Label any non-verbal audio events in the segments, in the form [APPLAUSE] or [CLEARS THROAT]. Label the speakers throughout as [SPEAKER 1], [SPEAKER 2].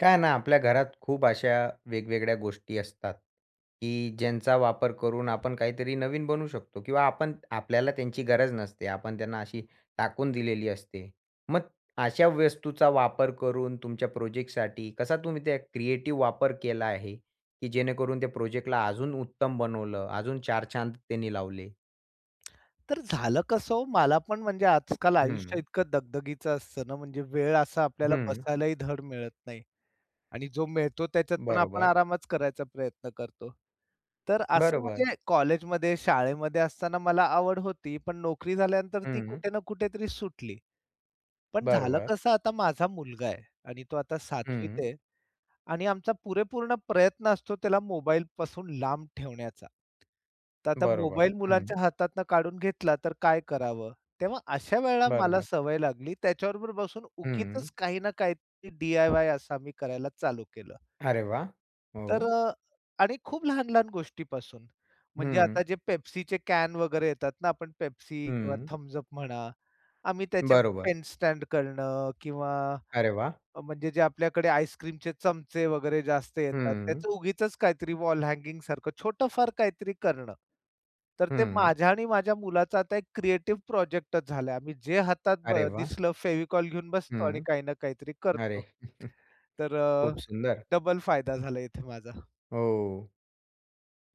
[SPEAKER 1] काय ना आपल्या घरात खूप अशा वेगवेगळ्या गोष्टी असतात, की ज्यांचा वापर करून आपण काहीतरी नवीन बनवू शकतो किंवा आपण आपल्याला त्यांची गरज नसते. आपण त्यांना अशी टाकून दिलेली असते. मग अशा वस्तूचा वापर करून तुमच्या प्रोजेक्टसाठी कसा तुम्ही त्या क्रिएटिव्ह वापर केला आहे, की जेणेकरून त्या प्रोजेक्टला अजून उत्तम बनवलं, अजून चार चांद त्यांनी लावले?
[SPEAKER 2] तर झालं कसं हो, मला पण म्हणजे आजकाल आयुष्य
[SPEAKER 1] हं,
[SPEAKER 2] इतकं दगदगीचं असतं ना, म्हणजे वेळ असा आपल्याला
[SPEAKER 1] हं.
[SPEAKER 2] बसायलाही धड मिळत नाही आणि जो मिळतो त्याच्यात पण आपण
[SPEAKER 1] बरोबर,
[SPEAKER 2] आरामच करायचा प्रयत्न करतो. तर असं
[SPEAKER 1] बरोबर.
[SPEAKER 2] म्हणजे कॉलेजमध्ये, शाळेमध्ये असताना मला आवड होती, पण नोकरी झाल्यानंतर ती
[SPEAKER 1] हं,
[SPEAKER 2] कुठे ना कुठेतरी सुटली. पण झालं
[SPEAKER 1] बरोबर.
[SPEAKER 2] कसं, आता माझा मुलगा आहे आणि तो आता 7वीत
[SPEAKER 1] हं,
[SPEAKER 2] आहे. आणि आमचा पुरेपूर्ण प्रयत्न असतो त्याला मोबाईलपासून लांब ठेवण्याचा. तर आता
[SPEAKER 1] बरोबर.
[SPEAKER 2] मोबाईल
[SPEAKER 1] हं,
[SPEAKER 2] मुलांच्या हातातनं काढून घेतला तर काय करावं? तेव्हा अशा वेळेला मला
[SPEAKER 1] बरोबर.
[SPEAKER 2] सवय लागली त्याच्याबरोबर बसून
[SPEAKER 1] हं.
[SPEAKER 2] उगीचच काही ना काहीतरी डी-आय-वाय असं आम्ही करायला चालू केलं.
[SPEAKER 1] अरे वाह! हो.
[SPEAKER 2] तर अ, आणि खूप लहान-लहान गोष्टीपासून. म्हणजे
[SPEAKER 1] हं,
[SPEAKER 2] आता जे Pepsiचे कॅन वगैरे येतात ना आपण Pepsi किंवा
[SPEAKER 1] हं.
[SPEAKER 2] Thums Up म्हणा, आम्ही त्याचे
[SPEAKER 1] बरोबर.
[SPEAKER 2] पेन स्टँड करणं किंवा
[SPEAKER 1] अरे वाह!
[SPEAKER 2] म्हणजे जे आपल्याकडे आईस्क्रीमचे चमचे वगैरे जास्त येतात,
[SPEAKER 1] हं,
[SPEAKER 2] त्याचं उगीचच काहीतरी वॉल हँगिंग सारखं छोटंफार काहीतरी करणं. तर ते
[SPEAKER 1] हं.
[SPEAKER 2] माझ्या आणि माझ्या मुलाचा आता एक क्रिएटिव्ह प्रोजेक्टच झालाय. आम्ही जे हातात
[SPEAKER 1] अरे वाह!
[SPEAKER 2] दिसलं फेविकॉल घेऊन बसतो आणि
[SPEAKER 1] हं.
[SPEAKER 2] काही ना काहीतरी
[SPEAKER 1] अरे
[SPEAKER 2] करतो.
[SPEAKER 1] [LAUGHS]
[SPEAKER 2] तर
[SPEAKER 1] खूप
[SPEAKER 2] अ,
[SPEAKER 1] सुंदर.
[SPEAKER 2] डबल फायदा झाला इथे माझा.
[SPEAKER 1] हो.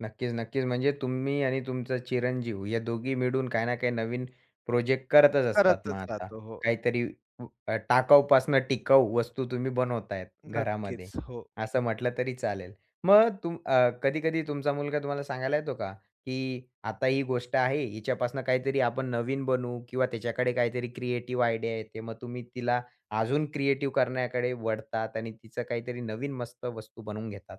[SPEAKER 1] नक्कीच, नक्कीच. म्हणजे तुम्ही आणि तुमचा चिरंजीव या दोघी मिळून काही ना काही नवीन प्रोजेक्ट करतच असतात मग
[SPEAKER 2] करतच
[SPEAKER 1] आता.
[SPEAKER 2] राहतो. हो,
[SPEAKER 1] काहीतरी टाकाऊपासून टिकाऊ वस्तू तुम्ही बनवतायत घरामध्ये,
[SPEAKER 2] नक्कीच. हो.
[SPEAKER 1] असं म्हटलं तरी चालेल. मग कधी-कधी तुमचा मुलगा तुम्हाला सांगायला येतो का, की आता ही गोष्ट आहे, हिच्यापासून काहीतरी आपण नवीन बनवू किंवा त्याच्याकडे काहीतरी क्रिएटिव्ह आयडिया येते. मग तुम्ही तिला अजून क्रिएटिव्ह करण्याकडे वळतात आणि तिचं काहीतरी नवीन मस्त वस्तू बनवून घेतात.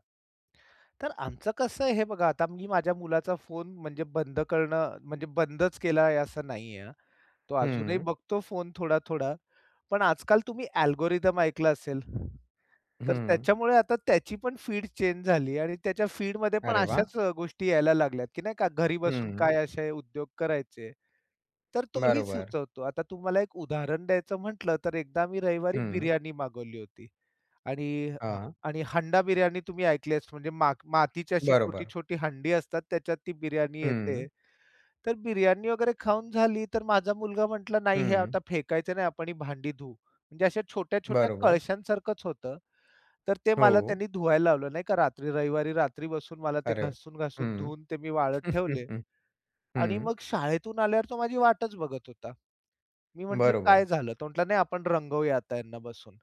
[SPEAKER 2] तर आमचं कसं आहे हे बघा, आता मी माझ्या मुलाचा फोन म्हणजे बंद करणं म्हणजे बंदच केला आहे असं नाहीये हां. तो अजूनही
[SPEAKER 1] हं,
[SPEAKER 2] बघतो फोन थोडा-थोडा. पण आजकाल तुम्ही अल्गोरिदम ऐकलं असेल, तर
[SPEAKER 1] हं.
[SPEAKER 2] त्याच्यामुळे आता त्याची पण फीड चेंज झाली आणि त्याच्या फीडमध्ये पण
[SPEAKER 1] अरे वाह!
[SPEAKER 2] अशाच गोष्टी यायला लागल्यात, की नाही का घरी बसून
[SPEAKER 1] हं.
[SPEAKER 2] काय असे उद्योग करायचे. तर तोही
[SPEAKER 1] बरोबर.
[SPEAKER 2] सुचवतो. आता तुम्हाला एक उदाहरण द्यायचं म्हटलं, तर एकदा मी रविवारी
[SPEAKER 1] हं.
[SPEAKER 2] बिर्याणी मागवली होती आणि
[SPEAKER 1] हां.
[SPEAKER 2] आणि हंडा बिर्याणी तुम्ही ऐकली असेल म्हणजे मातीची अशी
[SPEAKER 1] बरोबर.
[SPEAKER 2] छोटी-छोटी हंडी असतात त्याच्यात ती बिर्याणी येते.
[SPEAKER 1] हं.
[SPEAKER 2] तर बिर्याणी वगैरे खाऊन झाली, तर माझा मुलगा म्हटला, "नाही, हे
[SPEAKER 1] हं.
[SPEAKER 2] आता फेकायचं नाही, आपण ही भांडी धुवू." म्हणजे अशा छोट्या-छोट्या
[SPEAKER 1] बरोबर.
[SPEAKER 2] कळशांसारखंच होतं. तर ते मला
[SPEAKER 1] हो.
[SPEAKER 2] त्यांनी धुवायला लावलं नाही का रात्री, रविवारी रात्री बसून मला ते
[SPEAKER 1] अरे
[SPEAKER 2] घासून-घासून
[SPEAKER 1] हं.
[SPEAKER 2] धुवून ते मी वाळत ठेवले आणि
[SPEAKER 1] हं. [LAUGHS]
[SPEAKER 2] मग शाळेतून आल्यावर तो माझी वाटच बघत होता. मी म्हटलं, "काय
[SPEAKER 1] बरोबर.
[SPEAKER 2] झालं?" तो म्हटला, "नाही, आपण रंगवूया आता यांना बसून."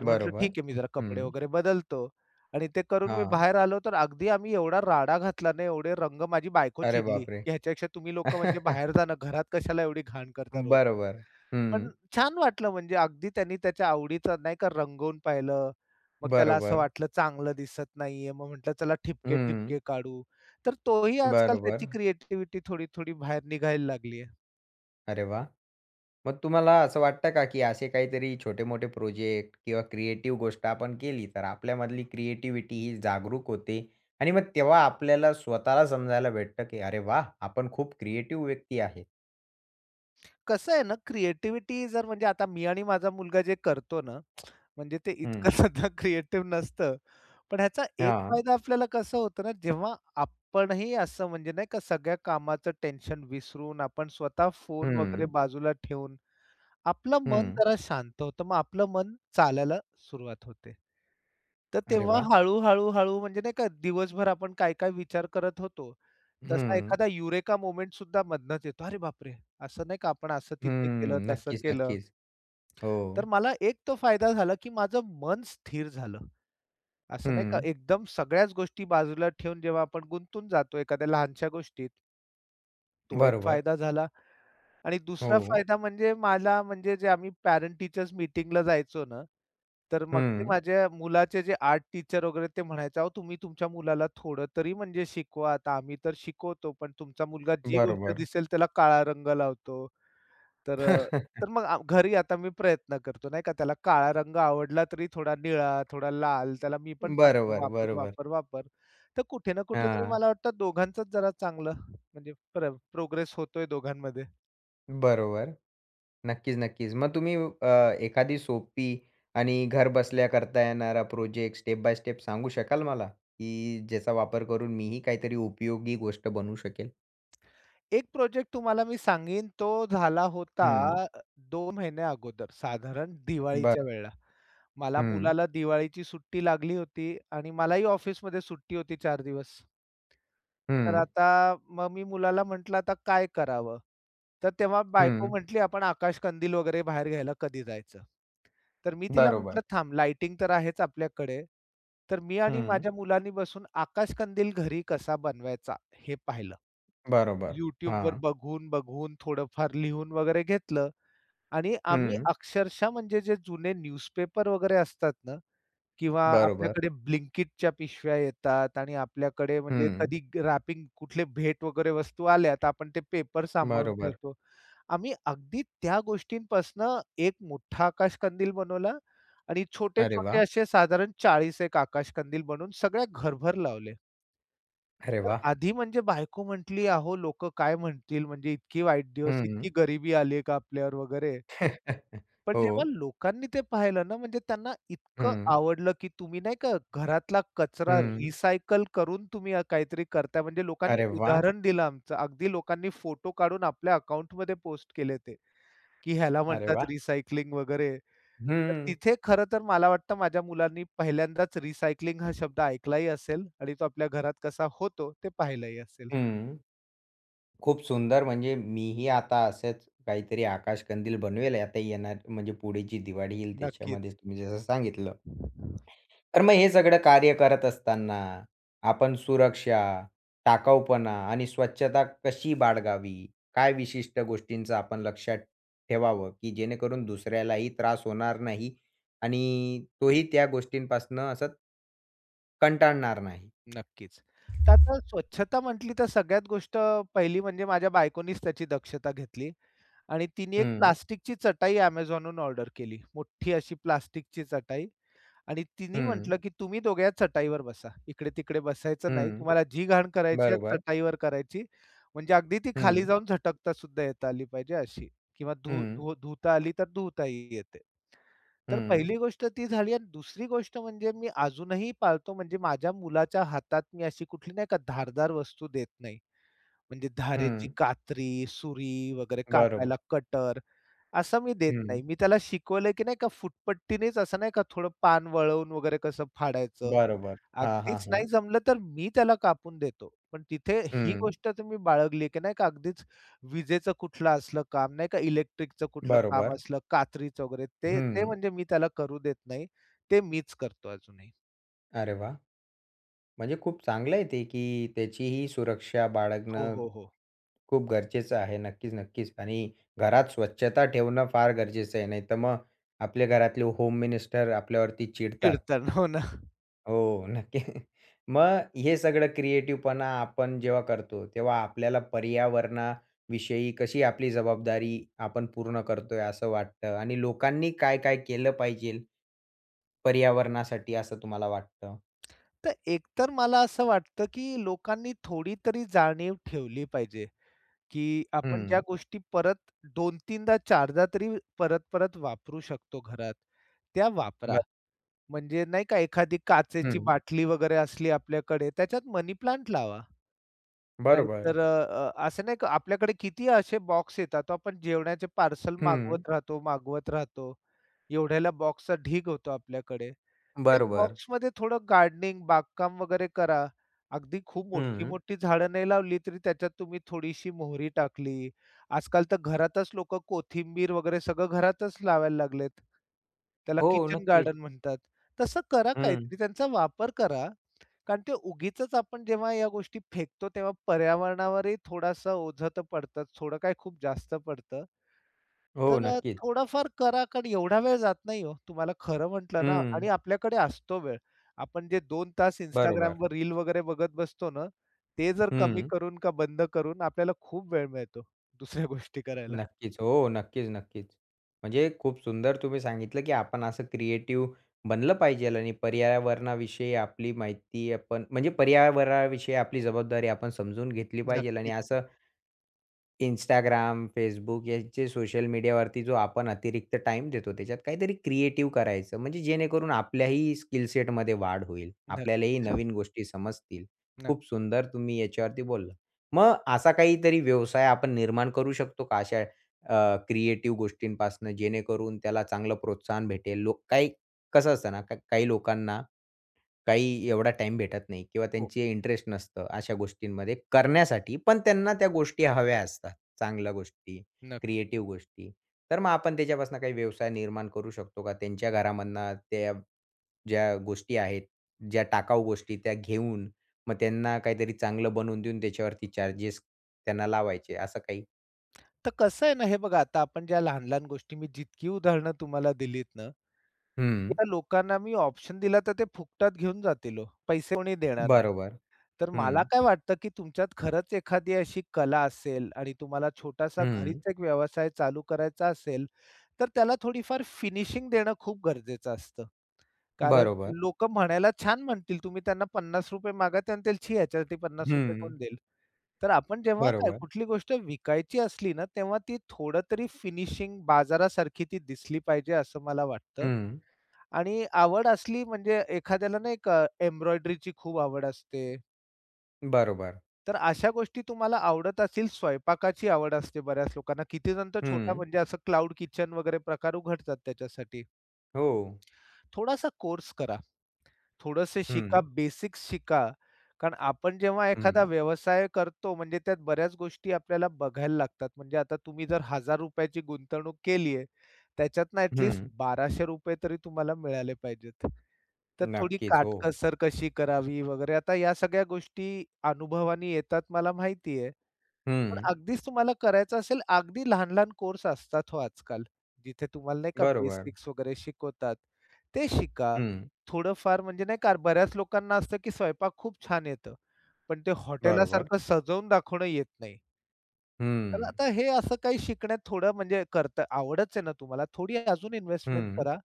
[SPEAKER 2] तर म्हटलं
[SPEAKER 1] बरोबर.
[SPEAKER 2] ठीक आहे, मी जरा कपडे
[SPEAKER 1] हं.
[SPEAKER 2] वगैरे बदलतो आणि ते करून मी
[SPEAKER 1] हां.
[SPEAKER 2] बाहेर आलो, तर अगदी आम्ही एवढा राडा घातला ना, एवढे रंग माझी बायको
[SPEAKER 1] अरे
[SPEAKER 2] चिडली,
[SPEAKER 1] बापरे!
[SPEAKER 2] की "ह्याच्यापेक्षा तुम्ही लोकं म्हणजे
[SPEAKER 1] [LAUGHS]
[SPEAKER 2] बाहेर जा ना, घरात कशाला एवढी घाण करता रोज."
[SPEAKER 1] बरोबर. हं.
[SPEAKER 2] पण छान वाटलं म्हणजे अगदी त्यांनी त्याच्या आवडीचा नाही का रंगवून पाहिलं. मग त्याला असं
[SPEAKER 1] बरोबर.
[SPEAKER 2] वाटलं चांगलं दिसत नाहीये, मग म्हटलं चला
[SPEAKER 1] हं.
[SPEAKER 2] ठिपके-ठिपके काढू. तर तोही आजकाल त्याची
[SPEAKER 1] बरोबर.
[SPEAKER 2] क्रिएटिव्हिटी थोडी-थोडी बाहेर निघायला लागली आहे.
[SPEAKER 1] अरे वाह! मग तुम्हाला असं वाटतं का, की असे काहीतरी छोटे-मोठे प्रोजेक्ट किंवा क्रिएटिव्ह गोष्ट आपण केली, तर आपल्यामधली क्रिएटिव्हिटी ही जागरूक होते आणि मग तेव्हा आपल्याला स्वतःला समजायला भेटतं, की "अरे वाह! आपण खूप क्रिएटिव्ह व्यक्ती आहे."
[SPEAKER 2] कसं आहे ना, क्रिएटिव्हिटी जर म्हणजे आता मी आणि माझा मुलगा जे करतो ना, म्हणजे ते इतकं
[SPEAKER 1] हं.
[SPEAKER 2] [LAUGHS] सुद्धा क्रिएटिव्ह नसतं. पण ह्याचा एक
[SPEAKER 1] हां.
[SPEAKER 2] फायदा आपल्याला कसं होतं ना, जेव्हा आपणही असं म्हणजे नाही का सगळ्या कामाचं टेन्शन विसरून आपण स्वतः फोन वगैरे
[SPEAKER 1] हं.
[SPEAKER 2] बाजूला ठेवून आपलं मन
[SPEAKER 1] हं.
[SPEAKER 2] जरा शांत होतं. मग आपलं मन चालायला सुरुवात होते. तर
[SPEAKER 1] अरे
[SPEAKER 2] तेव्हा
[SPEAKER 1] वाह!
[SPEAKER 2] हळू-हळू, म्हणजे नाही का दिवसभर आपण काय-काय विचार करत होतो, तसा
[SPEAKER 1] हं.
[SPEAKER 2] एखादा युरेका मोमेंट सुद्धा मधनंच येतो. अरे बापरे! असं नाही का आपण असं
[SPEAKER 1] हं.
[SPEAKER 2] तिथे केलं, तसं
[SPEAKER 1] नक्कीच,
[SPEAKER 2] केलं.
[SPEAKER 1] नक्कीच. हो.
[SPEAKER 2] तर मला एक तो फायदा झाला, की माझं मन स्थिर झालं. असं नाही का
[SPEAKER 1] हं.
[SPEAKER 2] एकदम सगळ्याच गोष्टी बाजूला ठेवून जेव्हा आपण गुंतून जातो एखाद्या लहानशा गोष्टीत, तो एक
[SPEAKER 1] बरोबर.
[SPEAKER 2] फायदा झाला. आणि दुसरा
[SPEAKER 1] हो.
[SPEAKER 2] फायदा म्हणजे मला म्हणजे जे आम्ही पॅरेंट टीचर्स मीटिंगला जायचो ना, तर मग ते
[SPEAKER 1] हं.
[SPEAKER 2] माझ्या मुलाचे जे आर्ट टीचर वगैरे ते म्हणायचे, "अहो तुम्ही तुमच्या मुलाला थोडं तरी म्हणजे शिकवा. आता आम्ही तर शिकवतो, पण तुमचा मुलगा जी गोष्ट
[SPEAKER 1] बरोबर.
[SPEAKER 2] दिसेल त्याला काळा रंग लावतो." तर अ, तर
[SPEAKER 1] [LAUGHS]
[SPEAKER 2] मग घरी आता मी प्रयत्न करतो नाही का, त्याला काळा रंग आवडला तरी थोडा निळा, थोडा लाल त्याला मी पण सांगतो,
[SPEAKER 1] बरोबर,
[SPEAKER 2] "वापर,
[SPEAKER 1] बरोबर.
[SPEAKER 2] वापर, वापर." तर कुठे ना कुठेतरी
[SPEAKER 1] हां.
[SPEAKER 2] मला वाटतं दोघांचंच जरा चांगलं म्हणजे प्रोग्रेस होतोय दोघांमध्ये.
[SPEAKER 1] बरोबर. नक्कीच, नक्कीच. मग तुम्ही एखादी सोपी आणि घर बसल्या करता येणारा प्रोजेक्ट स्टेप बाय स्टेप सांगू शकाल मला? की ज्याचा वापर करून मीही काहीतरी उपयोगी गोष्ट बनवू शकेल?
[SPEAKER 2] एक प्रोजेक्ट तुम्हाला मी सांगेन तो झाला होता
[SPEAKER 1] हं.
[SPEAKER 2] अ, 2 महिन्या अगोदर साधारण
[SPEAKER 1] बरं.
[SPEAKER 2] दिवाळीच्या वेळेला. मला
[SPEAKER 1] हं.
[SPEAKER 2] मुलाला दिवाळीची सुट्टी लागली होती आणि मलाही ऑफिसमध्ये सुट्टी होती 4 दिवस. तर
[SPEAKER 1] हं.
[SPEAKER 2] आता मग मी मुलाला म्हटलं, "आता काय करावं?" तर तेव्हा बायको
[SPEAKER 1] हं.
[SPEAKER 2] म्हटली, "आपण आकाश कंदील वगैरे बाहेर घ्यायला कधी जायचं?" तर मी तिला म्हटलं,
[SPEAKER 1] बरोबर.
[SPEAKER 2] "थांब लाइटिंग तर आहेच आपल्याकडे." तर मी आणि
[SPEAKER 1] हं.
[SPEAKER 2] माझ्या मुलांनी बसून आकाश कंदील घरी कसा बनवायचा हे पाहिलं.
[SPEAKER 1] बरोबर.
[SPEAKER 2] YouTube वर
[SPEAKER 1] हां.
[SPEAKER 2] बघून, बघून थोडंफार लिहून वगैरे घेतलं आणि आम्ही
[SPEAKER 1] हं.
[SPEAKER 2] अक्षरशः म्हणजे जे जुने न्यूजपेपर वगैरे असतात ना किंवा
[SPEAKER 1] बरोबर.
[SPEAKER 2] आपल्याकडे Blinkitच्या पिशव्या येतात आणि आपल्याकडे म्हणजे
[SPEAKER 1] हं.
[SPEAKER 2] कधी रॅपिंग कुठले भेट वगैरे वस्तू आल्या तर आपण ते पेपर सांभाळून
[SPEAKER 1] बरोबर.
[SPEAKER 2] ठेवतो. आम्ही अगदी त्या गोष्टींपासनं एक मोठा आकाशकंदील बनवला आणि
[SPEAKER 1] अरे
[SPEAKER 2] छोटे-छोटे
[SPEAKER 1] वाह!
[SPEAKER 2] असे साधारण 40 एक आकाशकंदील बनवून सगळ्या घरभर लावले.
[SPEAKER 1] अरे
[SPEAKER 2] तर
[SPEAKER 1] वाह!
[SPEAKER 2] आधी म्हणजे बायको म्हटली, "अहो लोकं काय म्हणतील? म्हणजे इतकी वाईट दिवस,
[SPEAKER 1] हं.
[SPEAKER 2] इतकी गरिबी आली आहे का आपल्यावर?" वगैरे.
[SPEAKER 1] [LAUGHS]
[SPEAKER 2] पण जेव्हा
[SPEAKER 1] हो.
[SPEAKER 2] लोकांनी ते पाहिलं ना, म्हणजे त्यांना इतकं
[SPEAKER 1] हं.
[SPEAKER 2] आवडलं, की तुम्ही नाही का घरातला कचरा
[SPEAKER 1] हं.
[SPEAKER 2] रिसायकल करून तुम्ही काहीतरी करताय. म्हणजे लोकांनी
[SPEAKER 1] अरे वाह!
[SPEAKER 2] उदाहरण दिलं आमचं. अगदी लोकांनी फोटो काढून आपल्या अकाउंटमध्ये पोस्ट केले ते, की ह्याला
[SPEAKER 1] अरे
[SPEAKER 2] म्हणतात
[SPEAKER 1] वाह!
[SPEAKER 2] रिसायकलिंग वगैरे. तर
[SPEAKER 1] हं.
[SPEAKER 2] तिथे खरं तर मला वाटतं माझ्या मुलांनी पहिल्यांदाच रिसायकलिंग हा शब्द ऐकलाही असेल आणि तो आपल्या घरात कसा होतो ते पाहिलंही असेल.
[SPEAKER 1] हं. खूप सुंदर म्हणजे मीही आता असंच काहीतरी आकाशकंदील बनवेल आता येणार म्हणजे पुढे जी दिवाळी येईल त्याच्यामध्ये
[SPEAKER 2] नक्कीच.
[SPEAKER 1] तुम्ही जसं सांगितलं. तर मग हे सगळं कार्य करत असताना आपण सुरक्षा, टाकाऊपणा आणि स्वच्छता कशी बाळगावी? काय विशिष्ट गोष्टींचं आपण लक्षात ठेवावं, की जेणेकरून दुसऱ्यालाही त्रास होणार नाही आणि तोही त्या गोष्टींपासून असं कंटाळणार नाही.
[SPEAKER 2] नक्कीच. तर आता स्वच्छता म्हटली तर सगळ्यात गोष्ट पहिली म्हणजे माझ्या बायकोनीच त्याची दक्षता घेतली आणि तिने एक
[SPEAKER 1] हं,
[SPEAKER 2] प्लास्टिकची चटाई Amazonहून ऑर्डर केली. मोठी अशी प्लास्टिकची चटाई आणि तिने
[SPEAKER 1] हं,
[SPEAKER 2] म्हटलं, की "तुम्ही दोघे या चटाईवर बसा. इकडे-तिकडे बसायचं नाही.
[SPEAKER 1] हं.
[SPEAKER 2] तुम्हाला जी घाण करायची आहे
[SPEAKER 1] बरोबर.
[SPEAKER 2] चटाईवर करायची." म्हणजे अगदी ती खाली
[SPEAKER 1] हं,
[SPEAKER 2] जाऊन झटकता सुद्धा येता आली पाहिजे अशी किंवा धु
[SPEAKER 1] हं,
[SPEAKER 2] धु धुता आली तर धुताही येते. तर
[SPEAKER 1] हं.
[SPEAKER 2] पहिली गोष्ट ती झाली आणि दुसरी गोष्ट म्हणजे मी अजूनही पाळतो म्हणजे माझ्या मुलाच्या हातात मी अशी कुठली नाही का धारदार वस्तू देत नाही. म्हणजे धारेची
[SPEAKER 1] हं.
[SPEAKER 2] कात्री, सुरी वगैरे
[SPEAKER 1] बरोबर.
[SPEAKER 2] कापायला कटर असं मी देत
[SPEAKER 1] हं.
[SPEAKER 2] नाही. मी त्याला शिकवलंय की नाही का फुटपट्टीनेच असं नाही का थोडं पान वळवून वगैरे कसं फाडायचं.
[SPEAKER 1] बरोबर. हां, हां,
[SPEAKER 2] अगदीच
[SPEAKER 1] हां.
[SPEAKER 2] नाही जमलं तर मी त्याला कापून देतो. पण तिथे ही
[SPEAKER 1] हं.
[SPEAKER 2] गोष्ट तुम्ही बाळगली, की नाही का अगदीच विजेचं कुठलं असलं काम, नाही का इलेक्ट्रिकचं कुठलं काम
[SPEAKER 1] बरोबर.
[SPEAKER 2] असलं, कात्रीचं वगैरे ते
[SPEAKER 1] हं.
[SPEAKER 2] ते म्हणजे मी त्याला करू देत नाही. ते मीच करतो अजूनही.
[SPEAKER 1] अरे वाह! म्हणजे खूप चांगलं आहे ते, की त्याचीही सुरक्षा
[SPEAKER 2] हो,
[SPEAKER 1] बाळगणं
[SPEAKER 2] हो, हो.
[SPEAKER 1] खूप गरजेचं आहे. नक्कीच, नक्कीच. आणि घरात स्वच्छता ठेवणं फार गरजेचं आहे. नाहीतर मग आपल्या घरातले होम मिनिस्टर आपल्यावरती चिडतात.
[SPEAKER 2] कीर्तन. हो ना.
[SPEAKER 1] हो, नक्की. मग हे सगळं क्रिएटिव्हपणा आपण जेव्हा करतो, तेव्हा आपल्याला पर्यावरणाविषयी कशी आपली जबाबदारी आपण पूर्ण करतोय असं वाटतं आणि लोकांनी काय-काय केलं पाहिजे पर्यावरणासाठी असं तुम्हाला वाटतं?
[SPEAKER 2] तर एकतर मला असं वाटतं, की लोकांनी थोडी तरी जाणीव ठेवली पाहिजे, की आपण ज्या
[SPEAKER 1] हं,
[SPEAKER 2] गोष्टी परत 2-3दा 4दा तरी परत-परत वापरू शकतो घरात, त्या
[SPEAKER 1] ब
[SPEAKER 2] वापरा. म्हणजे नाही का एखादी काचेची
[SPEAKER 1] हं,
[SPEAKER 2] बाटली वगैरे असली आपल्याकडे, त्याच्यात मनी प्लांट लावा.
[SPEAKER 1] बरोबर.
[SPEAKER 2] नाहीतर अ, अ, असं नाही का आपल्याकडे किती असे बॉक्स येतात. हो, आपण जेवणाचे पार्सल
[SPEAKER 1] हं,
[SPEAKER 2] मागवत राहतो, मागवत राहतो. एवढ्याला बॉक्सचा ढीग होतो आपल्याकडे. त्या
[SPEAKER 1] बरोबर.
[SPEAKER 2] बॉक्समध्ये थोडं गार्डनिंग, बागकाम वगैरे करा. अगदी खूप
[SPEAKER 1] हं,
[SPEAKER 2] मोठी-मोठी झाडं नाही लावली, तरी त्याच्यात तुम्ही थोडीशी मोहरी टाकली. आजकाल तर घरातच लोकं कोथिंबीर वगैरे सगळं घरातच लावायला लागलेत. त्याला
[SPEAKER 1] हो,
[SPEAKER 2] किचन
[SPEAKER 1] नक्कीच.
[SPEAKER 2] गार्डन म्हणतात. तसं करा
[SPEAKER 1] हं,
[SPEAKER 2] काहीतरी, त्यांचा वापर करा. कारण ते उगीचच आपण जेव्हा या गोष्टी फेकतो, तेव्हा पर्यावरणावरही थोडासा ओझं तर पडतंच, थोडं काय खूप जास्त पडतं.
[SPEAKER 1] हो, नक्कीच.
[SPEAKER 2] थोडाफार करा, कारण एवढा वेळ जात नाही हो. तुम्हाला खरं म्हटलं ना
[SPEAKER 1] हं,
[SPEAKER 2] आणि आपल्याकडे असतो वेळ. आपण जे दोन तास
[SPEAKER 1] बरोबर.
[SPEAKER 2] Instagramवर रील वगैरे बघत बसतो ना, ते जर कमी
[SPEAKER 1] हं.
[SPEAKER 2] करून का बंद करून आपल्याला खूप वेळ मिळतो दुसऱ्या [LAUGHS] गोष्टी करायला.
[SPEAKER 1] नक्कीच. हो, नक्कीच, नक्कीच. म्हणजे खूप सुंदर तुम्ही सांगितलं, की आपण असं क्रिएटिव्ह बनलं पाहिजेल आणि पर्यावरणाविषयी आपली माहिती आपण म्हणजे पर्यावरणाविषयी आपली जबाबदारी आपण समजून घेतली पाहिजेल आणि
[SPEAKER 2] नक्कीच,
[SPEAKER 1] असं इंस्टाग्राम, Facebook याचे सोशल मीडियावरती जो आपण अतिरिक्त टाइम देतो, त्याच्यात काहीतरी क्रिएटिव्ह करायचं. म्हणजे जेणेकरून आपल्याही स्किल सेटमध्ये वाढ होईल. आपल्यालाही
[SPEAKER 2] नक्कीच.
[SPEAKER 1] नवीन गोष्टी समजतील. खूप
[SPEAKER 2] नक्की.
[SPEAKER 1] सुंदर तुम्ही याच्यावरती बोललात. मग असा काहीतरी व्यवसाय आपण निर्माण करू शकतो का अशा क्रिएटिव्ह गोष्टींपासून जेणेकरून त्याला चांगलं प्रोत्साहन भेटेल? लोक काही कसं असतं ना, का काही लोकांना काही एवढा टाईम भेटत नाही किंवा
[SPEAKER 2] हो,
[SPEAKER 1] त्यांची इंटरेस्ट नसतं अशा गोष्टींमध्ये करण्यासाठी. पण त्यांना त्या गोष्टी हव्या असतात. चांगल्या गोष्टी,
[SPEAKER 2] नक्की.
[SPEAKER 1] क्रिएटिव्ह गोष्टी. तर मग आपण त्याच्यापासून काही व्यवसाय निर्माण करू शकतो का? त्यांच्या घरामधनं त्या ज्या गोष्टी आहेत, ज्या टाकाऊ गोष्टी त्या घेऊन मग त्यांना काहीतरी चांगलं बनवून देऊन त्याच्यावरती चार्जेस त्यांना लावायचे असं काही?
[SPEAKER 2] तर कसं आहे ना, हे बघा आता आपण ज्या लहान-लहान गोष्टी मी जितकी उदाहरणं तुम्हाला दिलीत ना,
[SPEAKER 1] हं.
[SPEAKER 2] त्या लोकांना मी ऑप्शन दिला तर ते फुकटात घेऊन जातील हो. पैसे कोणी देणार नाही.
[SPEAKER 1] बरोबर.
[SPEAKER 2] तर मला
[SPEAKER 1] हं.
[SPEAKER 2] काय वाटतं, की तुमच्यात खरंच एखादी अशी कला असेल आणि तुम्हाला छोटासा
[SPEAKER 1] हं.
[SPEAKER 2] घरीच एक व्यवसाय चालू करायचा असेल, तर त्याला थोडीफार फिनिशिंग देणं खूप गरजेचं असतं. कारण
[SPEAKER 1] बरोबर.
[SPEAKER 2] लोक म्हणायला छान म्हणतील, तुम्ही त्यांना ₹50 मागा ते म्हणतील, "छी ह्याच्यासाठी ₹50
[SPEAKER 1] हं.
[SPEAKER 2] कोण देईल?" तर आपण जेव्हा काय
[SPEAKER 1] बरोबर.
[SPEAKER 2] कुठली गोष्ट विकायची असली ना, तेव्हा ती थोडं तरी फिनिशिंग बाजारासारखी ती दिसली पाहिजे असं मला वाटतं.
[SPEAKER 1] हं.
[SPEAKER 2] आणि आवड असली म्हणजे एखाद्याला नाही का एम्ब्रॉयडरीची खूप आवड असते
[SPEAKER 1] बरोबर.
[SPEAKER 2] तर अशा गोष्टी तुम्हाला आवडत असतील. स्वयंपाकाची आवड असते बऱ्याच लोकांना. किती जण तर छोटा
[SPEAKER 1] हं.
[SPEAKER 2] म्हणजे असं क्लाउड किचन वगैरे प्रकार उघडतात त्याच्यासाठी.
[SPEAKER 1] हो.
[SPEAKER 2] थोडासा कोर्स करा. थोडंसं शिका,
[SPEAKER 1] हं.
[SPEAKER 2] बेसिक्स शिका. कारण आपण जेव्हा एखादा
[SPEAKER 1] हं,
[SPEAKER 2] व्यवसाय करतो म्हणजे त्यात बऱ्याच गोष्टी आपल्याला बघायला लागतात. म्हणजे आता तुम्ही जर ₹1000 ची गुंतवणूक केली आहे, त्याच्यातनं ॲट लीस्ट
[SPEAKER 1] हं.
[SPEAKER 2] ₹1200 तरी तुम्हाला मिळाले पाहिजेत. तर थोडी
[SPEAKER 1] नक्कीच. हो.
[SPEAKER 2] काटकसर कशी करावी वगैरे. आता या सगळ्या गोष्टी अनुभवाने येतात मला माहिती आहे. पण
[SPEAKER 1] हं.
[SPEAKER 2] अगदीच तुम्हाला करायचं असेल, अगदी लहान-लहान कोर्स असतात हो आजकाल, जिथे तुम्हाला नाही का
[SPEAKER 1] बरोबर.
[SPEAKER 2] बेसिक्स वगैरे शिकवतात. ते शिका.
[SPEAKER 1] हं.
[SPEAKER 2] थोडंफार म्हणजे नाही का बऱ्याच लोकांना असतं, की स्वयंपाक खूप छान येतं, पण ते
[SPEAKER 1] बरोबर.
[SPEAKER 2] हॉटेलासारखं सजवून दाखवणं येत नाही. तर
[SPEAKER 1] हं.
[SPEAKER 2] आता हे असं काही शिकण्यात थोडं म्हणजे करता आवडच आहे ना तुम्हाला, थोडी अजून इन्व्हेस्टमेंट
[SPEAKER 1] हं.
[SPEAKER 2] करा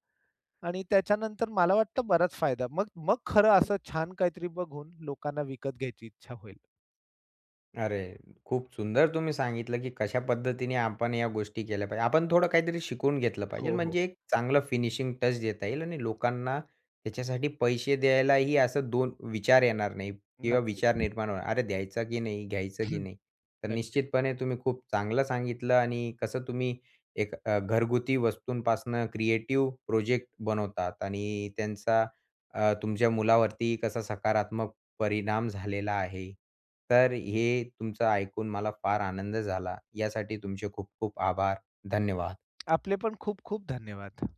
[SPEAKER 2] आणि त्याच्यानंतर मला वाटतं बराच फायदा. मग मग खरं असं छान काहीतरी बघून लोकांना विकत घ्यायची इच्छा होईल.
[SPEAKER 1] अरे! खूप सुंदर तुम्ही सांगितलं, की कशा पद्धतीने आपण या गोष्टी केल्या पाहिजे. आपण थोडं काहीतरी शिकून घेतलं पाहिजे.
[SPEAKER 2] हो, हो.
[SPEAKER 1] म्हणजे एक चांगलं फिनिशिंग टच देता येईल आणि लोकांना त्याच्यासाठी पैसे द्यायलाही असं 2 विचार येणार नाही किंवा विचार
[SPEAKER 2] नक्कीच.
[SPEAKER 1] निर्माण होणार. अरे द्यायचा की नाही, घ्यायचं की
[SPEAKER 2] [CLEARS THROAT]
[SPEAKER 1] नाही? तर
[SPEAKER 2] नक्कीच.
[SPEAKER 1] निश्चितपणे तुम्ही खूप चांगलं सांगितलं आणि कसं तुम्ही एक घरगुती वस्तूंपासनं क्रिएटिव्ह प्रोजेक्ट बनवतात आणि त्यांचा तुमच्या मुलावरती कसा सकारात्मक परिणाम झालेला आहे. तर हे तुमचं ऐकून मला फार आनंद झाला. यासाठी तुमचे खूप खूप आभार. धन्यवाद.
[SPEAKER 2] आपले पण खूप खूप धन्यवाद.